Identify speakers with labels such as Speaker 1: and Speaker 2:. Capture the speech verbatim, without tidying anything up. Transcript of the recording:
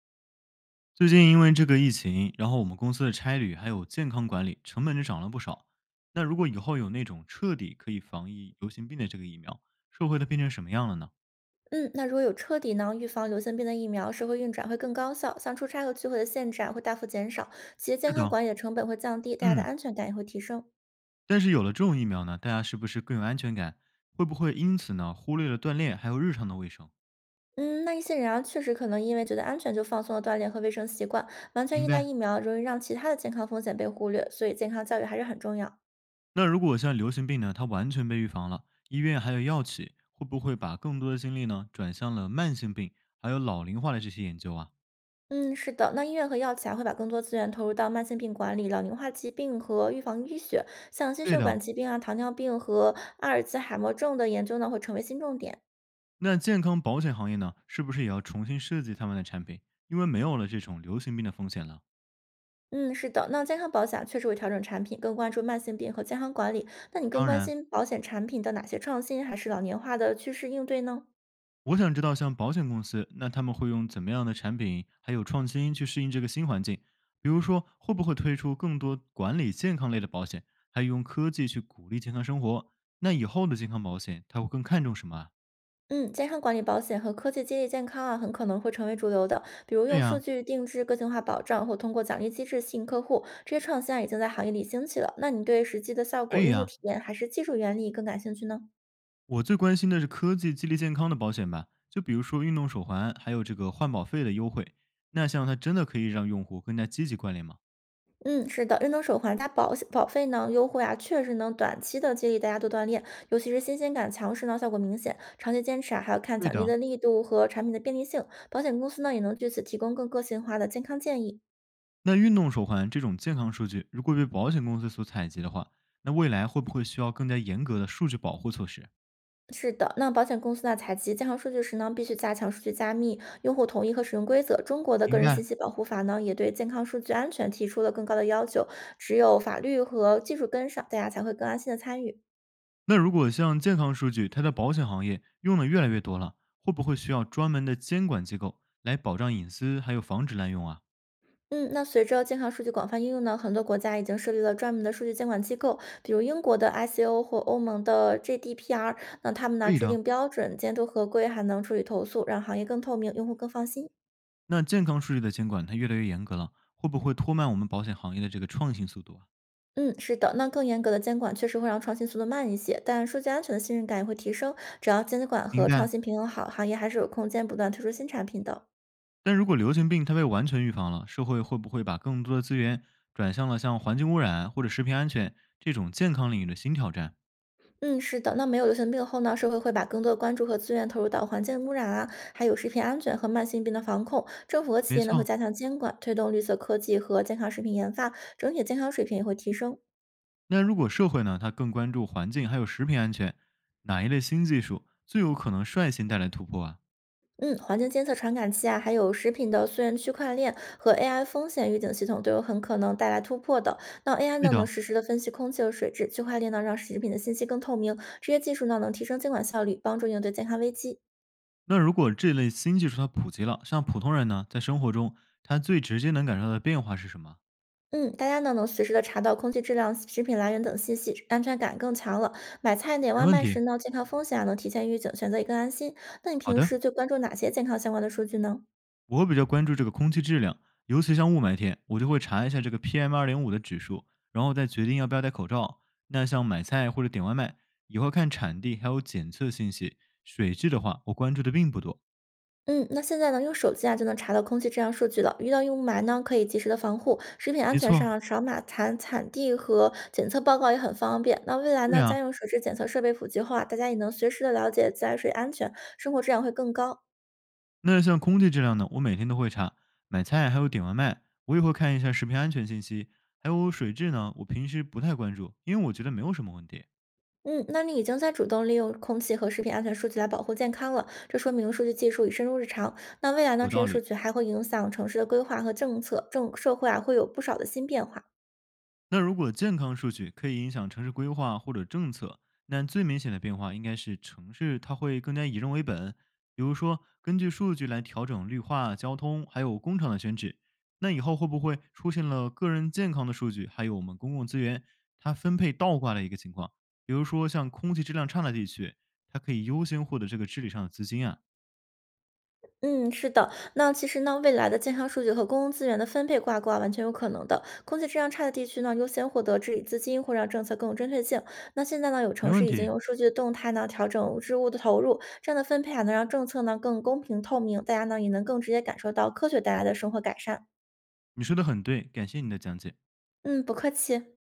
Speaker 1: 最近因为这个疫情，然后我们公司的差旅还有健康管理成本就涨了不少。那如果以后有那种彻底可以防疫流行病的这个疫苗，社会都变成什么样了呢？
Speaker 2: 嗯，那如果有彻底呢预防流行病的疫苗，社会运转会更高效，像出差和聚会的限制啊会大幅减少，企业健
Speaker 1: 是
Speaker 2: 康
Speaker 1: 的，
Speaker 2: 管理的成本会降低，大家的
Speaker 1: 嗯，
Speaker 2: 安全感也会提升。
Speaker 1: 但是有了这种疫苗呢，大家是不是更有安全感？会不会因此呢忽略了锻炼还有日常的卫生？
Speaker 2: 嗯，那一些人啊，确实可能因为觉得安全就放松了锻炼和卫生习惯，完全
Speaker 1: 明
Speaker 2: 依赖
Speaker 1: 白。
Speaker 2: 疫苗，容易让其他的健康风险被忽略，所以健康教育还是很重要。
Speaker 1: 那如果像流行病呢，它完全被预防了，医院还有药企会不会把更多的精力呢转向了慢性病还有老龄化的这些研究啊？
Speaker 2: 嗯，是的，那医院和药企啊会把更多资源投入到慢性病管理、老龄化疾病和预防医学，像心
Speaker 1: 对
Speaker 2: 血管
Speaker 1: 的，
Speaker 2: 疾病啊、糖尿病和阿尔兹海默症的研究呢会成为新重点。
Speaker 1: 那健康保险行业呢，是不是也要重新设计他们的产品？因为没有了这种流行病的风险了。
Speaker 2: 嗯，是的，那健康保险啊确实会调整产品，更关注慢性病和健康管理。那你更
Speaker 1: 当
Speaker 2: 关
Speaker 1: 然，
Speaker 2: 心保险产品的哪些创新，还是老年化的趋势应对呢？
Speaker 1: 我想知道像保险公司，那他们会用怎么样的产品还有创新去适应这个新环境？比如说，会不会推出更多管理健康类的保险，还用科技去鼓励健康生活？那以后的健康保险，他会更看重什么啊？
Speaker 2: 嗯，健康管理保险和科技激励健康啊，很可能会成为主流的。比如
Speaker 1: 对
Speaker 2: 用数
Speaker 1: 呀、
Speaker 2: 据定制个性化保障，或通过奖励机制吸引客户，这些创新啊已经在行业里兴起了。那你对实际的效
Speaker 1: 可
Speaker 2: 果、
Speaker 1: 以
Speaker 2: 用户
Speaker 1: 呀、
Speaker 2: 体验还是技术原理更感兴趣呢？
Speaker 1: 我最关心的是科技激励健康的保险吧，就比如说运动手环，还有这个换保费的优惠。那像它真的可以让用户更加积极关联吗？
Speaker 2: 嗯，是的，运动手环它保保费呢优惠啊，确实能短期的激励大家多锻炼，尤其是新鲜感强时呢，效果明显。长期坚持啊，还要看
Speaker 1: 对
Speaker 2: 奖励
Speaker 1: 的。
Speaker 2: 的力度和产品的便利性。保险公司呢也能据此提供更个性化的健康建议。
Speaker 1: 那运动手环这种健康数据，如果被保险公司所采集的话，那未来会不会需要更加严格的数据保护措施？
Speaker 2: 是的，那保险公司呢采集健康数据时呢，必须加强数据加密、用户同意和使用规则。中国的个
Speaker 1: 明
Speaker 2: 人信
Speaker 1: 白。
Speaker 2: 息保护法呢，也对健康数据安全提出了更高的要求。只有法律和技术跟上，大家才会更安心的参与。
Speaker 1: 那如果像健康数据，它在保险行业用的越来越多了，会不会需要专门的监管机构来保障隐私，还有防止滥用啊？
Speaker 2: 嗯，那随着健康数据广泛应用呢，很多国家已经设立了专门的数据监管机构，比如英国的 I C O 或欧盟的 G D P R。那他们呢
Speaker 1: 可以
Speaker 2: 制
Speaker 1: 的。
Speaker 2: 定标准、监督合规，还能处理投诉，让行业更透明，用户更放心。
Speaker 1: 那健康数据的监管它越来越严格了，会不会拖慢我们保险行业的这个创新速度啊？
Speaker 2: 嗯，是的，那更严格的监管确实会让创新速度慢一些，但数据安全的信任感也会提升。只要监管
Speaker 1: 明
Speaker 2: 和创
Speaker 1: 白。
Speaker 2: 新平衡好，行业还是有空间不断推出新产品的。
Speaker 1: 但如果流行病它被完全预防了，社会会不会把更多的资源转向了像环境污染或者食品安全这种健康领域的新挑战？
Speaker 2: 嗯，是的，那没有流行病后呢，社会会把更多的关注和资源投入到环境污染啊，还有食品安全和慢性病的防控。政府和企
Speaker 1: 没
Speaker 2: 业呢会
Speaker 1: 错。
Speaker 2: 加强监管，推动绿色科技和健康食品研发，整体健康水平也会提升。
Speaker 1: 那如果社会呢，它更关注环境还有食品安全，哪一类新技术最有可能率先带来突破啊？
Speaker 2: 嗯，环境监测传感器啊，还有食品的溯源区块链和 A I 风险预警系统都有很可能带来突破的。那 A I
Speaker 1: 对
Speaker 2: 呢能
Speaker 1: 的。
Speaker 2: 实时的分析空气和水质，区块链呢让食品的信息更透明，这些技术呢能提升监管效率，帮助应对健康危机。
Speaker 1: 那如果这类新技术它普及了，像普通人呢，在生活中他最直接能感受到的变化是什么？
Speaker 2: 嗯，大家呢能随时的查到空气质量、食品来源等信息，安全感更强了。买菜点
Speaker 1: 没
Speaker 2: 外
Speaker 1: 问
Speaker 2: 卖时
Speaker 1: 题。
Speaker 2: 呢，健康风险啊能提前预警，选择也更安心。那你
Speaker 1: 好
Speaker 2: 平
Speaker 1: 的。
Speaker 2: 时最关注哪些健康相关的数据呢？
Speaker 1: 我会比较关注这个空气质量，尤其像雾霾天，我就会查一下这个 P M 二点五的指数，然后再决定要不要戴口罩。那像买菜或者点外卖，也会看产地还有检测信息。水质的话，我关注的并不多。
Speaker 2: 嗯，那现在呢，用手机啊就能查到空气质量数据了。遇到雾霾呢，可以及时的防护。食品安
Speaker 1: 没
Speaker 2: 全上
Speaker 1: 错，
Speaker 2: 啊扫码查产地和检测报告也很方便。那未来
Speaker 1: 对
Speaker 2: 呢，家
Speaker 1: 啊。
Speaker 2: 用水质检测设备普及后啊，大家也能随时的了解自来水安全，生活质量会更高。
Speaker 1: 那像空气质量呢，我每天都会查。买菜还有点外卖，我也会看一下食品安全信息。还有水质呢，我平时不太关注，因为我觉得没有什么问题。
Speaker 2: 嗯，那你已经在主动利用空气和食品安全数据来保护健康了，这说明数据技术已深入日常。那未来呢？
Speaker 1: 有
Speaker 2: 这些
Speaker 1: 道
Speaker 2: 数
Speaker 1: 理。
Speaker 2: 据还会影响城市的规划和政策，政社会啊会有不少的新变化。
Speaker 1: 那如果健康数据可以影响城市规划或者政策，那最明显的变化应该是城市它会更加以人为本，比如说根据数据来调整绿化、交通还有工厂的选址。那以后会不会出现了个人健康的数据，还有我们公共资源它分配倒挂的一个情况？比如说像空气质量差的地区，它可以优先获得这个治理上的资金啊。
Speaker 2: 嗯，是的。那其实呢，未来的健康数据和公共资源的分配挂钩啊，完全有可能的。空气质量差的地区呢，优先获得治理资金，会让政策更有针对性。那现在呢，有
Speaker 1: 没
Speaker 2: 城市
Speaker 1: 问
Speaker 2: 已经
Speaker 1: 题，
Speaker 2: 用数据的动态呢调整置物的投入，这样的分配啊，能让政策呢更公平透明，大家呢也能更直接感受到科学带来的生活改善。
Speaker 1: 你说的很对，感谢你的讲解。
Speaker 2: 嗯，不客气。